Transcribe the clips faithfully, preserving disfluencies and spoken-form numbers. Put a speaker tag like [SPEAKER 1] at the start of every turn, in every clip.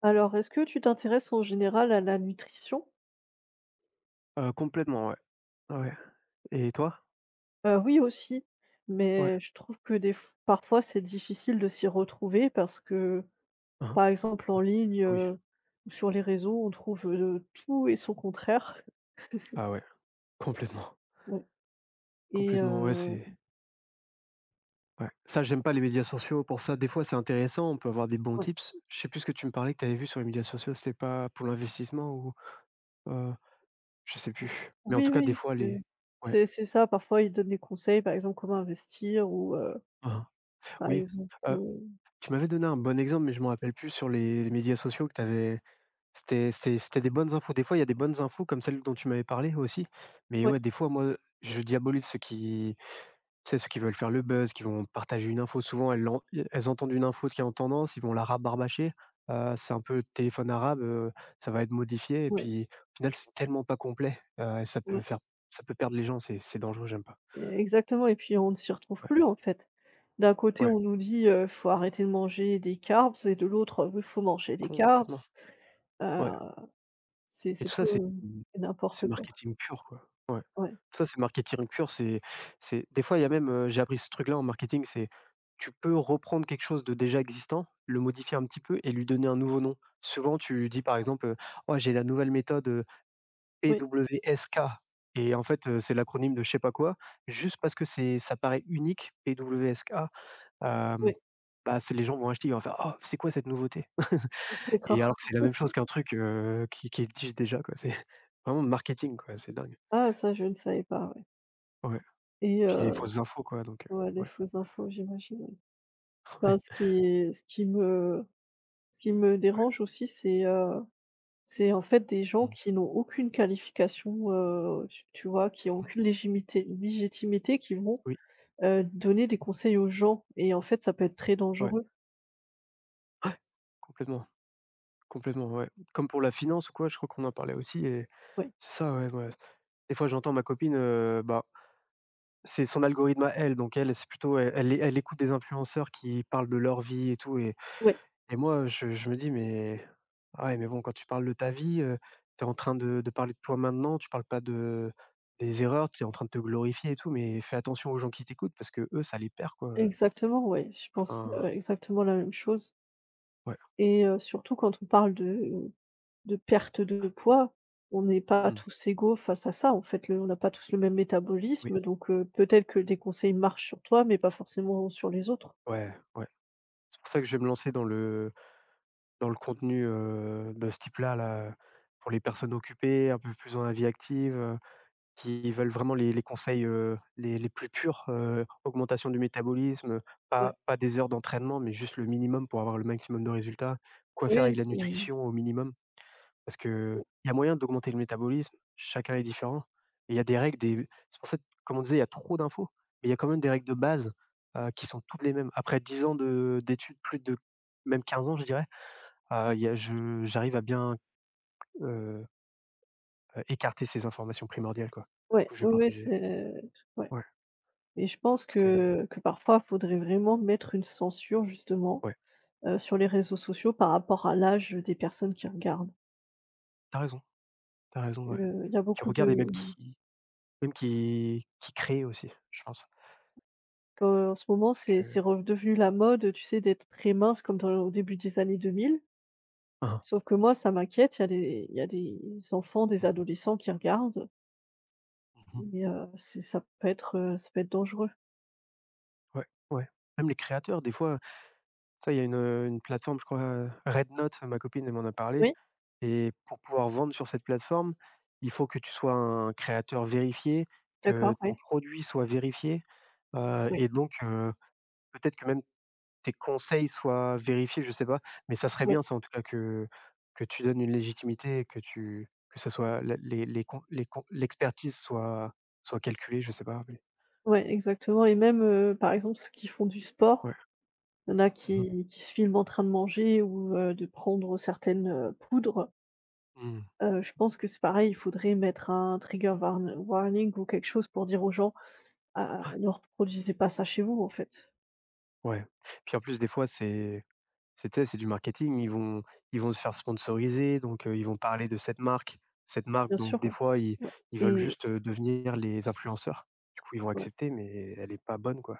[SPEAKER 1] Alors, est-ce que tu t'intéresses en général à la nutrition?
[SPEAKER 2] Heu, complètement, ouais. Ouais et toi?
[SPEAKER 1] Heu, oui aussi,
[SPEAKER 2] Ouais.
[SPEAKER 1] mais je trouve que des f parfois c'est difficile de s'y retrouver parce que,
[SPEAKER 2] Mmh mh.
[SPEAKER 1] par exemple en
[SPEAKER 2] Ouais.
[SPEAKER 1] ligne,
[SPEAKER 2] Ah oui.
[SPEAKER 1] heu, ou sur les réseaux, on trouve, heu, tout et son contraire.
[SPEAKER 2] Ah ouais, complètement,
[SPEAKER 1] Ouais et
[SPEAKER 2] complètement, ouais,
[SPEAKER 1] heu,
[SPEAKER 2] c'est ouais. Ça, j'aime pas les médias sociaux pour ça. Des fois, c'est intéressant, on peut avoir des bons
[SPEAKER 1] ouais.
[SPEAKER 2] tips. Je sais plus ce que tu me parlais que tu avais vu sur les médias sociaux, c'était pas pour l'investissement ou, heu, je sais plus. Mais en
[SPEAKER 1] Oui,
[SPEAKER 2] tout cas, des
[SPEAKER 1] oui,
[SPEAKER 2] fois,
[SPEAKER 1] c'est
[SPEAKER 2] les ouais.
[SPEAKER 1] c'est c'est ça, parfois ils donnent des conseils, par exemple comment investir ou heu,
[SPEAKER 2] Mmh mh.
[SPEAKER 1] par
[SPEAKER 2] Oui,
[SPEAKER 1] exemple,
[SPEAKER 2] heu,
[SPEAKER 1] heu
[SPEAKER 2] tu m'avais donné un bon exemple, mais je m'en rappelle plus sur les les médias sociaux que tu avais. C'était c'était c'était des bonnes infos. Des fois, il y a des bonnes infos comme celle dont tu m'avais parlé aussi. Mais
[SPEAKER 1] ouais,
[SPEAKER 2] ouais, des fois, moi, je diabolise ceux qui, c'est ceux qui veulent faire le buzz, qui vont partager une info, souvent elles l'en elles entendent une info qui est en tendance, ils vont la rabarbacher. Heu, c'est un peu téléphone arabe, heu, ça va être modifié et
[SPEAKER 1] ouais,
[SPEAKER 2] puis au final, c'est tellement pas complet, heu, ça peut
[SPEAKER 1] ouais.
[SPEAKER 2] faire ça peut perdre les gens, c'est c'est dangereux, j'aime pas.
[SPEAKER 1] Eh, Exactement et puis on ne s'y retrouve
[SPEAKER 2] Ouais,
[SPEAKER 1] plus, en fait. D'un côté,
[SPEAKER 2] ouais,
[SPEAKER 1] on nous dit, heu: «Faut arrêter de manger des carbs» et de l'autre, heu: «Faut manger des carbs».
[SPEAKER 2] complètement.
[SPEAKER 1] Heu,
[SPEAKER 2] Ouais.
[SPEAKER 1] c'est
[SPEAKER 2] Et
[SPEAKER 1] c'est
[SPEAKER 2] tout
[SPEAKER 1] tout,
[SPEAKER 2] ça, c'est
[SPEAKER 1] heu,
[SPEAKER 2] mmh,
[SPEAKER 1] c'est n'importe
[SPEAKER 2] c'est
[SPEAKER 1] quoi.
[SPEAKER 2] marketing pur, quoi. Ouais.
[SPEAKER 1] Ouais.
[SPEAKER 2] Tout ça, c'est marketing pur. C'est c'est Des fois, il y a même, heu, j'ai appris ce truc-là en marketing, c'est tu peux reprendre quelque chose de déjà existant, le modifier un petit peu et lui donner un nouveau nom. Souvent, tu dis, par exemple, heu: «Oh, j'ai la nouvelle méthode, heu,
[SPEAKER 1] Oui,
[SPEAKER 2] P W S K». Et en fait, heu, c'est l'acronyme de je sais pas quoi, juste parce que c'est ça paraît unique, P W S K,
[SPEAKER 1] oui,
[SPEAKER 2] hem, bah, c'est les gens vont acheter, ils vont faire: «Oh, c'est quoi cette nouveauté?»
[SPEAKER 1] je suis
[SPEAKER 2] Et
[SPEAKER 1] d'accord.
[SPEAKER 2] alors que c'est la même chose qu'un truc, heu, qui qui existe déjà quoi, c'est vraiment marketing quoi, c'est dingue.
[SPEAKER 1] Ah ça, je ne savais pas, ouais
[SPEAKER 2] Ouais,
[SPEAKER 1] et
[SPEAKER 2] puis les
[SPEAKER 1] heu,
[SPEAKER 2] fausses infos quoi, donc, heu,
[SPEAKER 1] ouais, les
[SPEAKER 2] ouais,
[SPEAKER 1] fausses infos, j'imagine, ouais.
[SPEAKER 2] ouais.
[SPEAKER 1] Enfin, ce qui ce qui me ce qui me dérange aussi, c'est, heu, c'est en fait des gens
[SPEAKER 2] Mmh.
[SPEAKER 1] qui n'ont aucune qualification, heu, tu tu vois? Qui ont
[SPEAKER 2] Mmh.
[SPEAKER 1] aucune légitimité légitimité, qui vont
[SPEAKER 2] Oui,
[SPEAKER 1] Heu, donner des conseils aux gens et en fait, ça peut être très
[SPEAKER 2] ouais,
[SPEAKER 1] dangereux.
[SPEAKER 2] complètement, complètement, ouais. Comme pour la finance ou quoi, je crois qu'on en parlait aussi, et
[SPEAKER 1] Ouais,
[SPEAKER 2] c'est ça, ouais, ouais. Des fois, j'entends ma copine, heu, bah, c'est son algorithme à elle, donc elle, c'est plutôt elle elle elle écoute des influenceurs qui parlent de leur vie et tout, et...
[SPEAKER 1] ouais,
[SPEAKER 2] Et moi, je je me dis: «Mais ah ouais, mais bon, quand tu parles de ta vie, heu, tu es en train de de parler de toi maintenant, tu parles pas de des erreurs, tu es en train de te glorifier et tout, mais fais attention aux gens qui t'écoutent parce que eux, ça les perd, quoi»,
[SPEAKER 1] exactement, ouais, je pense, heu,
[SPEAKER 2] enfin,
[SPEAKER 1] exactement la même chose
[SPEAKER 2] ouais.
[SPEAKER 1] et heu, surtout quand on parle de de perte de poids, on n'est pas
[SPEAKER 2] Mmh,
[SPEAKER 1] tous égaux face à ça, en fait, le on n'a pas tous le même
[SPEAKER 2] oui,
[SPEAKER 1] métabolisme donc heu, peut-être que des conseils marchent sur toi, mais pas forcément sur les autres.
[SPEAKER 2] ouais, ouais. C'est pour ça que je vais me lancer dans le dans le contenu, heu, de ce type-là, là, pour les personnes occupées, un peu plus dans la vie active, euh, qui veulent vraiment les les conseils, heu, les les plus purs, heu, augmentation du métabolisme,
[SPEAKER 1] Ouais,
[SPEAKER 2] pas pas des heures d'entraînement, mais juste le minimum pour avoir le maximum de résultats. Quoi faire
[SPEAKER 1] oui,
[SPEAKER 2] avec la
[SPEAKER 1] c'est
[SPEAKER 2] nutrition au minimum? Parce qu'il y a moyen d'augmenter le métabolisme, chacun est différent, et il y a des règles, des c'est pour ça que, comme on disait, il y a trop d'infos, mais il y a quand même des règles de base, heu, qui sont toutes les mêmes. Après dix ans de d'études, plus de, même quinze ans, je dirais, heu, il y a je j'arrive à bien, heu, écarter ces informations primordiales, quoi. Du
[SPEAKER 1] ouais,
[SPEAKER 2] coup, je vais
[SPEAKER 1] oui, oui,
[SPEAKER 2] partager,
[SPEAKER 1] c'est ouais
[SPEAKER 2] ouais,
[SPEAKER 1] et je pense
[SPEAKER 2] parce que
[SPEAKER 1] que que parfois, faudrait vraiment mettre une censure justement
[SPEAKER 2] ouais,
[SPEAKER 1] heu, sur les réseaux sociaux par rapport à l'âge des personnes qui regardent.
[SPEAKER 2] t'as raison, t'as raison, ouais.
[SPEAKER 1] Heu, il y a
[SPEAKER 2] Qui
[SPEAKER 1] beaucoup
[SPEAKER 2] regarde, et même
[SPEAKER 1] de
[SPEAKER 2] qui, même qui qui crée aussi, je pense.
[SPEAKER 1] En ce moment,
[SPEAKER 2] Parce
[SPEAKER 1] c'est c'est
[SPEAKER 2] que
[SPEAKER 1] redevenu la mode, tu sais, d'être très mince comme dans au début des années deux mille.
[SPEAKER 2] hein.
[SPEAKER 1] Sauf que moi, ça m'inquiète, il y a des il y a des enfants, des
[SPEAKER 2] Mmh.
[SPEAKER 1] adolescents qui regardent
[SPEAKER 2] Mmh. Hein.
[SPEAKER 1] et heu, c'est ça peut être, heu, ça peut être dangereux.
[SPEAKER 2] Ouais, ouais. Même les créateurs, des fois, ça il y a une, heu, une plateforme, je crois, heu, Rednote, ma copine elle m'en a parlé,
[SPEAKER 1] Oui,
[SPEAKER 2] et pour pouvoir vendre sur cette plateforme, il faut que tu sois un créateur vérifié, que
[SPEAKER 1] d'accord, oui,
[SPEAKER 2] ton produit soit vérifié, heu
[SPEAKER 1] oui,
[SPEAKER 2] et donc heu, peut-être que même tes conseils soient vérifiés, je sais pas, mais ça serait
[SPEAKER 1] oui,
[SPEAKER 2] bien ça en tout cas, que que tu donnes une légitimité, et que tu que ça soit la les les con les con l'expertise soit soit calculée, je sais pas, mais
[SPEAKER 1] ouais, exactement et même, heu, par exemple, ceux qui font du
[SPEAKER 2] ouais.
[SPEAKER 1] sport, il y en a
[SPEAKER 2] Mmh mh.
[SPEAKER 1] qui qui se filment en train de manger ou, heu, de prendre certaines, heu, poudres.
[SPEAKER 2] Mmh.
[SPEAKER 1] Heu, je pense que c'est pareil, il faudrait mettre un trigger warn warning ou quelque chose pour dire aux gens: «Ah, ah, ne reproduisez pas ça chez vous», en fait.
[SPEAKER 2] Ouais. Puis en plus, des fois, c'est c'est, tu sais, c'est du marketing, ils vont ils vont se faire sponsoriser, donc heu, ils vont parler de cette marque, cette marque,
[SPEAKER 1] Bien
[SPEAKER 2] donc
[SPEAKER 1] sûr,
[SPEAKER 2] des
[SPEAKER 1] ouais.
[SPEAKER 2] fois ils
[SPEAKER 1] Ouais
[SPEAKER 2] ils veulent
[SPEAKER 1] et
[SPEAKER 2] juste, heu, devenir les influenceurs. Du coup, ils vont
[SPEAKER 1] ouais,
[SPEAKER 2] accepter, mais elle est pas bonne quoi,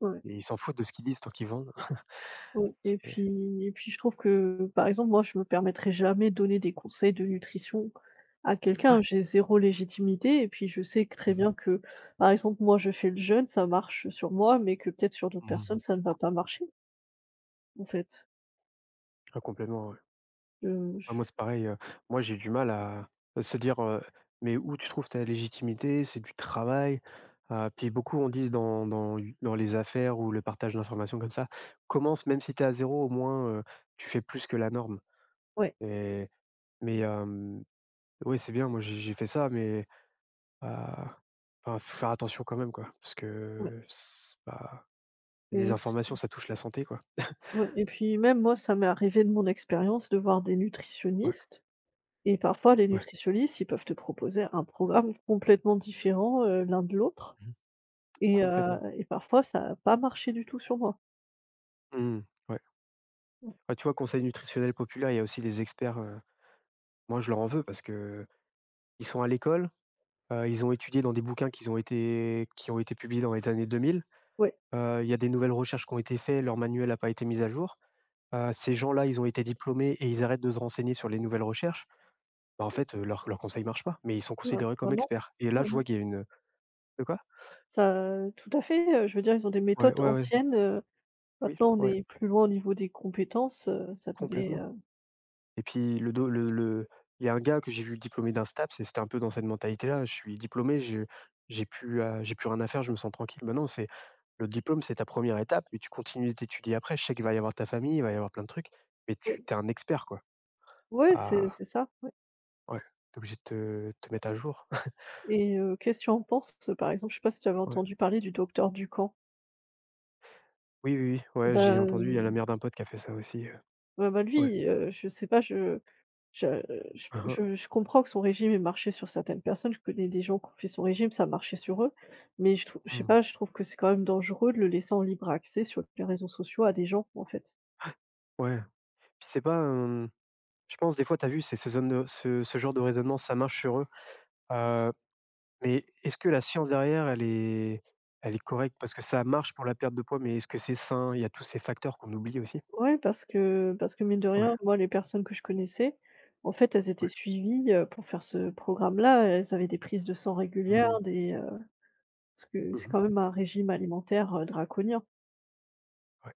[SPEAKER 1] ouais,
[SPEAKER 2] et ils s'en foutent de ce qu'ils disent tant qu'ils vendent.
[SPEAKER 1] ouais et
[SPEAKER 2] C'est
[SPEAKER 1] puis et puis je trouve que, par exemple, moi, je me permettrais jamais de donner des conseils de nutrition à quelqu'un. J'ai zéro légitimité et puis je sais que très
[SPEAKER 2] Mmh mh.
[SPEAKER 1] bien que, par exemple, moi, je fais le jeûne, ça marche sur moi, mais que peut-être sur d'autres
[SPEAKER 2] Mmh.
[SPEAKER 1] personnes, ça ne va pas marcher, en fait.
[SPEAKER 2] Ah complètement, ouais.
[SPEAKER 1] Heu, je
[SPEAKER 2] Ouais, moi, c'est pareil, heu, moi, j'ai du mal à à se dire, heu: «Mais où tu trouves ta légitimité? C'est du travail». Heu, puis beaucoup on dit dans dans dans les affaires ou le partage d'informations comme ça: «Commence même si tu es à zéro au moins, heu, tu fais plus que la norme»,
[SPEAKER 1] ouais,
[SPEAKER 2] et mais hem, oui, c'est bien, moi j'ai j'ai fait ça, mais heu, enfin, faut faire attention quand même quoi, parce
[SPEAKER 1] ouais
[SPEAKER 2] que c'est pas des
[SPEAKER 1] et
[SPEAKER 2] informations, ça touche la santé, quoi.
[SPEAKER 1] oui et puis même moi, ça m'est arrivé de mon expérience de voir des
[SPEAKER 2] Ouais,
[SPEAKER 1] nutritionnistes et parfois les
[SPEAKER 2] ouais.
[SPEAKER 1] nutritionnistes, ils peuvent te proposer un programme complètement différent, heu, l'un de l'autre
[SPEAKER 2] Mmh.
[SPEAKER 1] et heu
[SPEAKER 2] Complètement.
[SPEAKER 1] et parfois ça a pas marché du tout sur moi.
[SPEAKER 2] Mmh. Ouais. Ouais.
[SPEAKER 1] Oui.
[SPEAKER 2] Ah, tu vois, conseil nutritionnel populaire, il y a aussi les experts. Moi, je leur en veux parce que ils sont à l'école, heu, ils ont étudié dans des bouquins qu'ils ont été qui ont été publiés dans les années deux mille.
[SPEAKER 1] Ouais,
[SPEAKER 2] Heu, il y a des nouvelles recherches qui ont été faites, leur manuel n'a pas été mis à jour. Heu, ces gens-là, ils ont été diplômés et ils arrêtent de se renseigner sur les nouvelles recherches. Bah, en
[SPEAKER 1] ouais.
[SPEAKER 2] fait, euh, leur leurs leurs conseils marchent pas, mais ils sont
[SPEAKER 1] Ben
[SPEAKER 2] considérés
[SPEAKER 1] ben
[SPEAKER 2] comme
[SPEAKER 1] non,
[SPEAKER 2] experts, et là,
[SPEAKER 1] non,
[SPEAKER 2] je vois
[SPEAKER 1] non.
[SPEAKER 2] qu'il y a une, de quoi?
[SPEAKER 1] Ça tout à fait, heu, je veux dire, ils ont des
[SPEAKER 2] Ouais,
[SPEAKER 1] méthodes
[SPEAKER 2] ouais, ouais.
[SPEAKER 1] anciennes, heu,
[SPEAKER 2] Oui,
[SPEAKER 1] maintenant on
[SPEAKER 2] ouais,
[SPEAKER 1] est plus loin au niveau des compétences, heu, ça devrait,
[SPEAKER 2] complètement.
[SPEAKER 1] heu
[SPEAKER 2] Et puis le do le le il y a un gars que j'ai vu diplômé d'un STAPS, et c'était un peu dans cette mentalité-là: «Je suis diplômé, je j'ai plus à j'ai plus rien à faire, je me sens tranquille». Bah non, c'est le diplôme, c'est ta première étape, mais tu continues d'étudier après. Je sais qu'il va y avoir ta famille, il va y avoir plein de trucs, mais
[SPEAKER 1] oui,
[SPEAKER 2] tu es un expert, quoi.
[SPEAKER 1] ouais, c'est
[SPEAKER 2] Ah
[SPEAKER 1] c'est ça, ouais
[SPEAKER 2] ouais, tu obligé de te te mettre à jour.
[SPEAKER 1] et heu, qu'est-ce que tu en penses, par exemple, je sais pas si tu avais
[SPEAKER 2] Ouais.
[SPEAKER 1] entendu parler du docteur Ducamp?
[SPEAKER 2] Oui, oui, oui, ouais, j'ai entendu, il y a la
[SPEAKER 1] Ben
[SPEAKER 2] mère d'un pote qui a fait ça aussi, heu,
[SPEAKER 1] Bah bah,
[SPEAKER 2] ouais.
[SPEAKER 1] lui, heu, je sais pas, je je je
[SPEAKER 2] Hein,
[SPEAKER 1] je je comprends que son régime ait marché sur certaines personnes. Je connais des gens qui ont fait son régime, ça a marché sur eux, mais je trou je
[SPEAKER 2] hein.
[SPEAKER 1] sais
[SPEAKER 2] Mmh.
[SPEAKER 1] pas, je trouve que c'est quand même dangereux de le laisser en libre accès sur les réseaux sociaux à des gens, en fait.
[SPEAKER 2] Ouais. Puis c'est pas, hem, je pense des fois t'as vu, c'est ce zone de ce ce genre de raisonnement, ça marche sur eux, heu, mais est-ce que la science derrière, elle est elle est correcte? Parce que ça marche pour la perte de poids, mais est-ce que c'est sain? Il y a tous ces facteurs qu'on oublie aussi.
[SPEAKER 1] Ouais, parce que parce que mine de
[SPEAKER 2] Ouais,
[SPEAKER 1] rien, moi, les personnes que je connaissais, en fait, elles étaient
[SPEAKER 2] ouais.
[SPEAKER 1] suivies, heu, pour faire ce programme-là. Elles avaient des prises de sang
[SPEAKER 2] Mmh.
[SPEAKER 1] régulières, des, heu parce que c'est
[SPEAKER 2] Mmh.
[SPEAKER 1] quand même un régime alimentaire, heu, draconien.
[SPEAKER 2] Ouais.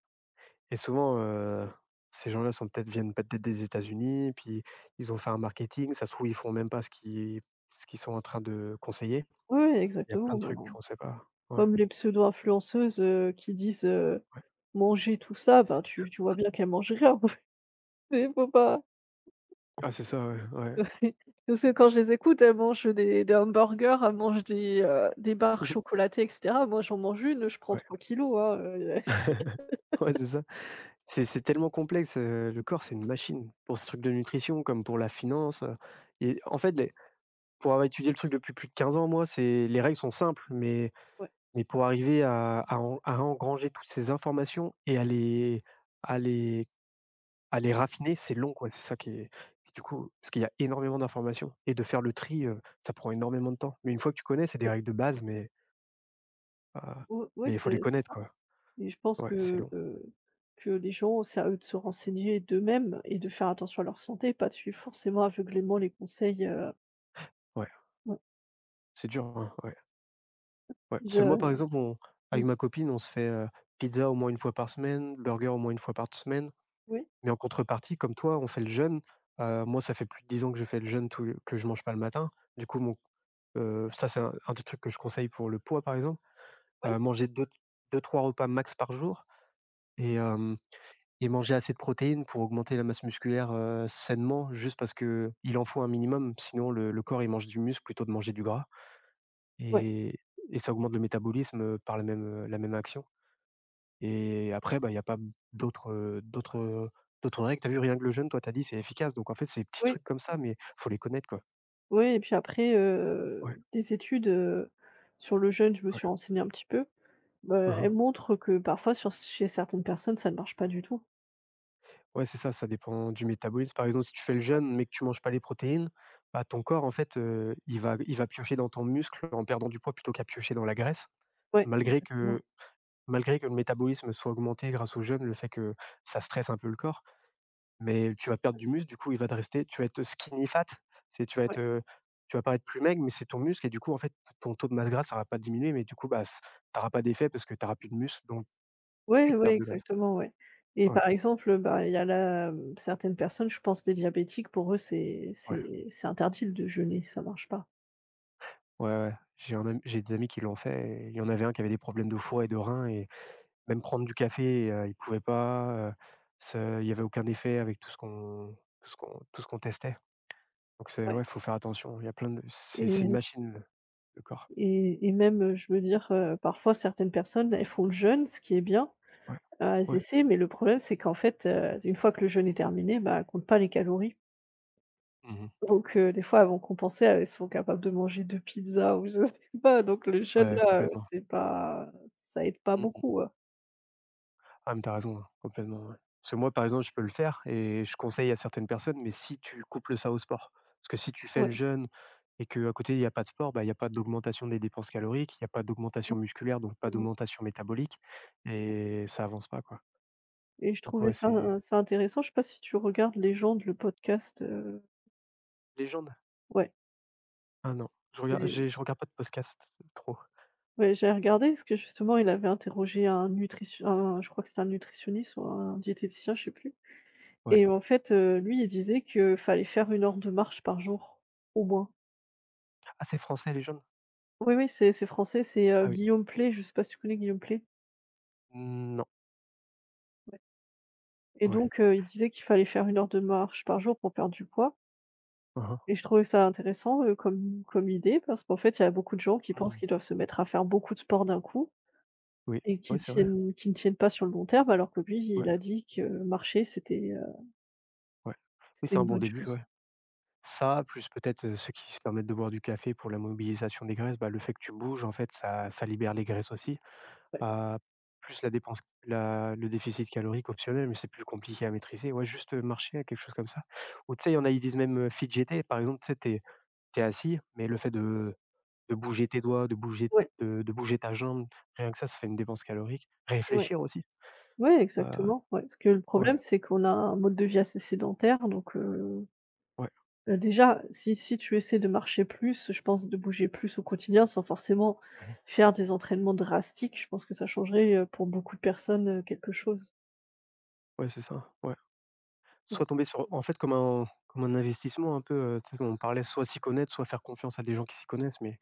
[SPEAKER 2] Et souvent, heu, ces gens-là sont peut-être viennent peut-être des États-Unis, puis ils ont fait un marketing, ça se trouve, ils font même pas ce qu'ils ce qu'ils sont en train de conseiller.
[SPEAKER 1] Oui
[SPEAKER 2] Il y a plein de trucs
[SPEAKER 1] exactement.
[SPEAKER 2] qu'on ne sait pas. Ouais,
[SPEAKER 1] Comme les pseudo-influenceuses, heu, qui disent, heu,
[SPEAKER 2] ouais.
[SPEAKER 1] manger tout ça, ben, tu tu vois bien qu'elles mangent rien. Il faut pas
[SPEAKER 2] Ah, c'est ça, ouais, ouais.
[SPEAKER 1] parce que quand je les écoute, elles mangent des des hamburgers, elles mangent des, heu, des barres chocolatées et cetera. Moi, j'en mange une, je prends
[SPEAKER 2] Ouais.
[SPEAKER 1] trois kilos. Hein, heu,
[SPEAKER 2] Ouais, c'est ça. C'est c'est tellement complexe, heu, le corps, c'est une machine. Pour ce truc de nutrition comme pour la finance, heu et en fait, les pour avoir étudié le truc depuis plus de quinze ans, moi, c'est les règles sont simples, mais
[SPEAKER 1] ouais,
[SPEAKER 2] mais pour arriver à à en à engranger toutes ces informations et à les à les à les raffiner, c'est long, quoi, c'est ça qui est, du coup, parce qu'il y a énormément d'informations, et de faire le tri, heu, ça prend énormément de temps. Mais une fois que tu connais, c'est des
[SPEAKER 1] ouais,
[SPEAKER 2] règles de base, mais heu,
[SPEAKER 1] ou oui,
[SPEAKER 2] mais il faut les
[SPEAKER 1] c'est c'est
[SPEAKER 2] connaître,
[SPEAKER 1] ça
[SPEAKER 2] quoi.
[SPEAKER 1] et je pense
[SPEAKER 2] Ouais, c'est
[SPEAKER 1] que,
[SPEAKER 2] long.
[SPEAKER 1] heu, que les gens, c'est à eux de se renseigner d'eux-mêmes et de faire attention à leur santé, pas de suivre forcément aveuglément les conseils, heu,
[SPEAKER 2] Ouais,
[SPEAKER 1] ouais,
[SPEAKER 2] c'est dur, hein, ouais, ouais. Parce
[SPEAKER 1] je
[SPEAKER 2] que moi, par exemple, on avec
[SPEAKER 1] mmh
[SPEAKER 2] ma copine, on se fait, heu, pizza au moins une fois par semaine, burger au moins une fois par semaine.
[SPEAKER 1] oui,
[SPEAKER 2] Mais en contrepartie, comme toi, on fait le jeûne. Heu, moi, ça fait plus de dix ans que je fais le jeûne tous les que je mange pas le matin. Du coup, mon heu, ça, c'est un un des trucs que je conseille pour le poids, par exemple.
[SPEAKER 1] oui,
[SPEAKER 2] Heu, manger deux 2 trois repas max par jour. Et hem et Manger assez de protéines pour augmenter la masse musculaire, heu, sainement, juste parce que il en faut un minimum, sinon le le corps il mange du muscle plutôt de manger du gras,
[SPEAKER 1] oui,
[SPEAKER 2] et et ça augmente le métabolisme, heu, par la même, la même action, et après, bah, il y a pas d'autres, heu, d'autres, heu, d'autres règles. T'as vu, rien que le jeûne, toi, t'as dit c'est efficace, donc en fait, c'est des petits
[SPEAKER 1] oui.
[SPEAKER 2] trucs comme ça, mais faut les connaître, quoi.
[SPEAKER 1] Oui et puis après, heu,
[SPEAKER 2] Ouais,
[SPEAKER 1] les études, heu, sur le jeûne, je me
[SPEAKER 2] ouais.
[SPEAKER 1] suis renseignée un petit peu. Bah, elles
[SPEAKER 2] Mmh.
[SPEAKER 1] montrent que parfois sur chez certaines personnes, ça ne marche pas du tout.
[SPEAKER 2] Ouais, c'est ça, ça dépend du métabolisme. Par exemple, si tu fais le
[SPEAKER 1] Ouais,
[SPEAKER 2] jeûne, mais que tu manges pas les protéines, bah, ton corps, en fait, heu, il va il va piocher dans ton muscle en perdant du poids plutôt qu'à piocher dans la graisse.
[SPEAKER 1] ouais.
[SPEAKER 2] Malgré
[SPEAKER 1] Exactement.
[SPEAKER 2] que Malgré que le métabolisme soit augmenté grâce au jeûne, le fait que ça stresse un peu le corps, mais tu vas perdre du muscle, du coup, il va te rester tu vas être skinny fat, c'est tu vas être,
[SPEAKER 1] Ouais.
[SPEAKER 2] heu, tu vas paraître plus maigre, mais c'est ton muscle et du coup, en fait, ton taux de masse grasse, ça va pas diminuer, mais du coup, bah, s tu auras pas d'effet parce que tu auras plus de muscle, donc plus
[SPEAKER 1] Ouais,
[SPEAKER 2] de
[SPEAKER 1] ouais,
[SPEAKER 2] perte de graisse.
[SPEAKER 1] exactement, ouais et
[SPEAKER 2] Ouais,
[SPEAKER 1] par exemple, bah, il y a la mmh, certaines personnes, je pense des diabétiques, pour eux, c'est
[SPEAKER 2] ouais.
[SPEAKER 1] c'est c'est interdit de jeûner, ça marche pas.
[SPEAKER 2] Ouais, ouais. J'ai un ami j'ai des amis qui l'ont fait et il y en avait un qui avait des problèmes de foie et de rein et même prendre du café, heu, il pouvait pas, heu, ce il y avait aucun effet avec tout ce qu'on tout ce qu'on tout ce qu'on testait. Donc c'est
[SPEAKER 1] Ouais
[SPEAKER 2] ouais, faut faire attention. Il y a plein de c'est c'est une
[SPEAKER 1] et
[SPEAKER 2] machine, le corps.
[SPEAKER 1] et et même, heu, je veux dire, heu, parfois certaines personnes, elles font le jeûne, ce qui est bien
[SPEAKER 2] Ouais.
[SPEAKER 1] ah, elles
[SPEAKER 2] Ouais.
[SPEAKER 1] essaient, mais le problème, c'est qu'en fait, heu, une fois que le jeûne est terminé, bah, elles comptent pas les calories.
[SPEAKER 2] Mmh.
[SPEAKER 1] Donc heu, des fois, elles vont compenser, elles sont capables de manger deux pizzas ou je sais pas, donc le jeûne
[SPEAKER 2] Ouais,
[SPEAKER 1] là, heu,
[SPEAKER 2] complètement.
[SPEAKER 1] c'est pas ça aide pas
[SPEAKER 2] Mmh.
[SPEAKER 1] beaucoup, heu,
[SPEAKER 2] Ah, mais tu as raison, hein, complètement, ouais. Parce que moi, par exemple, je peux le faire et je conseille à certaines personnes, mais si tu couples ça au sport. Parce que si tu fais le
[SPEAKER 1] ouais.
[SPEAKER 2] jeûne et qu'à côté, il y a pas de sport, bah, il y a pas d'augmentation des dépenses caloriques, il y a pas d'augmentation musculaire, donc pas d'augmentation métabolique et ça avance pas, quoi.
[SPEAKER 1] Et je
[SPEAKER 2] Donc
[SPEAKER 1] trouvais
[SPEAKER 2] ouais,
[SPEAKER 1] ça euh,
[SPEAKER 2] c'est
[SPEAKER 1] ça intéressant. Je sais pas si tu regardes «Légende», le podcast, heu,
[SPEAKER 2] Légende?
[SPEAKER 1] ouais,
[SPEAKER 2] Ah non, je regarde
[SPEAKER 1] c'est
[SPEAKER 2] j'ai je regarde pas de podcast trop,
[SPEAKER 1] ouais, j'ai regardé parce que justement, il avait interrogé un nutrition un je crois que c'était un nutritionniste ou un diététicien, je sais plus.
[SPEAKER 2] ouais.
[SPEAKER 1] Et en fait, heu, lui, il disait que fallait faire une heure de marche par jour, au moins.
[SPEAKER 2] Ah, c'est français, Légende?
[SPEAKER 1] Oui, oui, c'est c'est français, c'est, heu,
[SPEAKER 2] Ah oui.
[SPEAKER 1] Guillaume Play. Je sais pas si tu connais Guillaume Play.
[SPEAKER 2] Non,
[SPEAKER 1] Ouais. Et
[SPEAKER 2] ouais.
[SPEAKER 1] donc, heu, il disait qu'il fallait faire une heure de marche par jour pour perdre du poids
[SPEAKER 2] Mmh mh.
[SPEAKER 1] et je trouvais ça intéressant, heu, comme comme idée parce qu'en fait, il y a beaucoup de gens qui pensent
[SPEAKER 2] Mmh.
[SPEAKER 1] qu'ils doivent se mettre à faire beaucoup de sport d'un coup
[SPEAKER 2] Oui,
[SPEAKER 1] et qui
[SPEAKER 2] oui, c'est vrai.
[SPEAKER 1] tiennent qui ne tiennent pas sur le long terme alors que lui,
[SPEAKER 2] Ouais,
[SPEAKER 1] il a dit que marcher, c'était, heu,
[SPEAKER 2] ouais. Oui,
[SPEAKER 1] c'était
[SPEAKER 2] c'est
[SPEAKER 1] une
[SPEAKER 2] un bon
[SPEAKER 1] bonne
[SPEAKER 2] début,
[SPEAKER 1] chose.
[SPEAKER 2] ouais. Ça, plus peut-être, heu, ceux qui se permettent de boire du café pour la mobilisation des graisses, bah, le fait que tu bouges en fait ça ça libère les graisses aussi.
[SPEAKER 1] Ouais,
[SPEAKER 2] Heu, plus la dépense la le déficit calorique optionnel, mais c'est plus compliqué à maîtriser. Ouais, juste, heu, marcher, quelque chose comme ça. Ou tu sais, il y en a, ils disent même, heu, fidgeter, par exemple, tu sais, tu es tu es assis, mais le fait de de bouger tes doigts, de bouger
[SPEAKER 1] ouais,
[SPEAKER 2] de de bouger ta jambe, rien que ça, ça fait une dépense calorique.
[SPEAKER 1] ouais.
[SPEAKER 2] Réfléchir aussi,
[SPEAKER 1] Oui,
[SPEAKER 2] heu,
[SPEAKER 1] exactement, ouais. Parce que le
[SPEAKER 2] ouais,
[SPEAKER 1] problème, c'est qu'on a un mode de vie assez sédentaire, donc heu,
[SPEAKER 2] ouais.
[SPEAKER 1] bah, déjà, si si tu essaies de marcher plus, je pense de bouger plus au quotidien sans forcément
[SPEAKER 2] Mmh.
[SPEAKER 1] faire des entraînements drastiques, je pense que ça changerait, heu, pour beaucoup de personnes, heu, quelque chose.
[SPEAKER 2] Ouais, c'est ça, ouais. Soit
[SPEAKER 1] Ouais,
[SPEAKER 2] tomber sur en fait, comme un comme un investissement un peu, heu, tu sais, on parlait, soit s'y connaître, soit faire confiance à des gens qui s'y connaissent, mais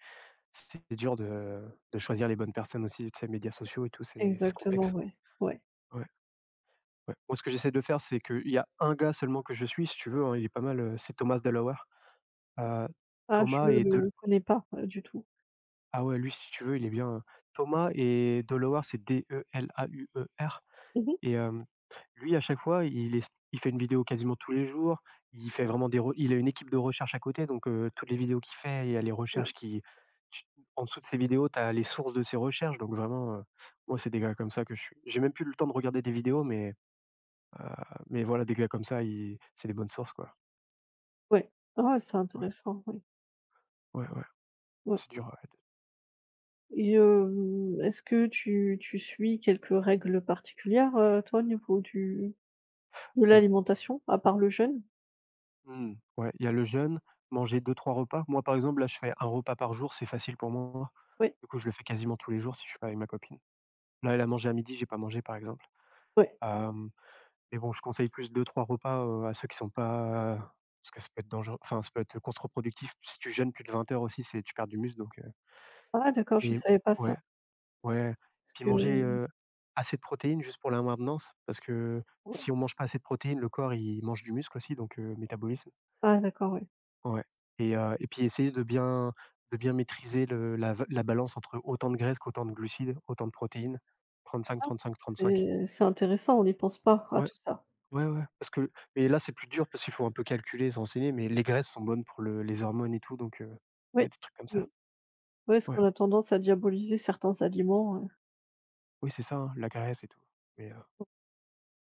[SPEAKER 2] c'est dur de de choisir les bonnes personnes aussi, tu sais, médias sociaux et tout, c'est c'est
[SPEAKER 1] exactement,
[SPEAKER 2] complexe.
[SPEAKER 1] ouais, ouais.
[SPEAKER 2] Ouais, ouais. Moi, ce que j'essaie de faire, c'est qu'il y a un gars seulement que je suis, si tu veux, hein, il est pas mal, heu, c'est Thomas Delaware. Heu,
[SPEAKER 1] Ah, je
[SPEAKER 2] Thomas et Del
[SPEAKER 1] le connais pas, heu, du tout.
[SPEAKER 2] ah ouais, lui, si tu veux, il est bien, hein. Thomas et Delaware, c'est D E L A U E R.
[SPEAKER 1] Mmh
[SPEAKER 2] Et hem, lui, à chaque fois, il est il fait une vidéo quasiment tous les jours. Il fait vraiment des re il a une équipe de recherche à côté, donc heu, toutes les vidéos qu'il fait, il y a les
[SPEAKER 1] ouais,
[SPEAKER 2] recherches qui tu en dessous de ses vidéos, tu as les sources de ses recherches, donc vraiment, heu, moi, c'est des gars comme ça que je suis j'ai même plus le temps de regarder des vidéos, mais heu, mais voilà, des gars comme ça, ils c'est des bonnes sources, quoi.
[SPEAKER 1] ouais. Ah, c'est
[SPEAKER 2] Ouais,
[SPEAKER 1] intéressant, ouais,
[SPEAKER 2] ouais, ouais,
[SPEAKER 1] ouais.
[SPEAKER 2] c'est dur, ouais,
[SPEAKER 1] Et hem, est-ce que tu tu suis quelques règles particulières, heu, toi, au niveau du de
[SPEAKER 2] ouais.
[SPEAKER 1] l'alimentation, à part le jeûne?
[SPEAKER 2] Mmh, ouais, il y a le jeûne, manger deux trois repas. Moi, par exemple, là, je fais un repas par jour, c'est facile pour moi.
[SPEAKER 1] Oui,
[SPEAKER 2] Du coup, je le fais quasiment tous les jours si je suis pas avec ma copine. Là, elle a mangé à midi, j'ai pas mangé, par exemple.
[SPEAKER 1] oui.
[SPEAKER 2] Hem, mais bon, je conseille plus deux trois repas, heu, à ceux qui sont pas parce que ça peut être dangereux enfin, ça peut être contre-productif. Si tu jeûnes plus de vingt heures aussi, c'est tu perds du muscle donc, heu
[SPEAKER 1] Ah d'accord, je
[SPEAKER 2] et
[SPEAKER 1] savais pas ça,
[SPEAKER 2] ouais, ouais.
[SPEAKER 1] parce
[SPEAKER 2] Puis
[SPEAKER 1] que
[SPEAKER 2] manger, heu, assez de protéines juste pour la maintenance parce que
[SPEAKER 1] ouais.
[SPEAKER 2] si on mange pas assez de protéines, le corps, il mange du muscle aussi donc, heu, métabolisme.
[SPEAKER 1] Ah d'accord, ouais.
[SPEAKER 2] Ouais et heu et puis essayer de bien de bien maîtriser le la va la balance entre autant de graisse qu'autant de glucides, autant de protéines, Trente-cinq,
[SPEAKER 1] Ah,
[SPEAKER 2] trente-cinq, trente-cinq.
[SPEAKER 1] c'est c'est intéressant, on n'y pense pas à
[SPEAKER 2] Ouais.
[SPEAKER 1] tout ça.
[SPEAKER 2] Ouais, ouais, parce que mais là, c'est plus dur parce qu'il faut un peu calculer, s'enseigner mais les graisses sont bonnes pour le les hormones et tout, donc heu,
[SPEAKER 1] Oui.
[SPEAKER 2] ouais, des trucs comme
[SPEAKER 1] Mmh. Ouais,
[SPEAKER 2] ça.
[SPEAKER 1] parce
[SPEAKER 2] Ouais.
[SPEAKER 1] qu'on a tendance à diaboliser certains aliments, heu
[SPEAKER 2] Oui, c'est ça, hein, la graisse et tout, mais heu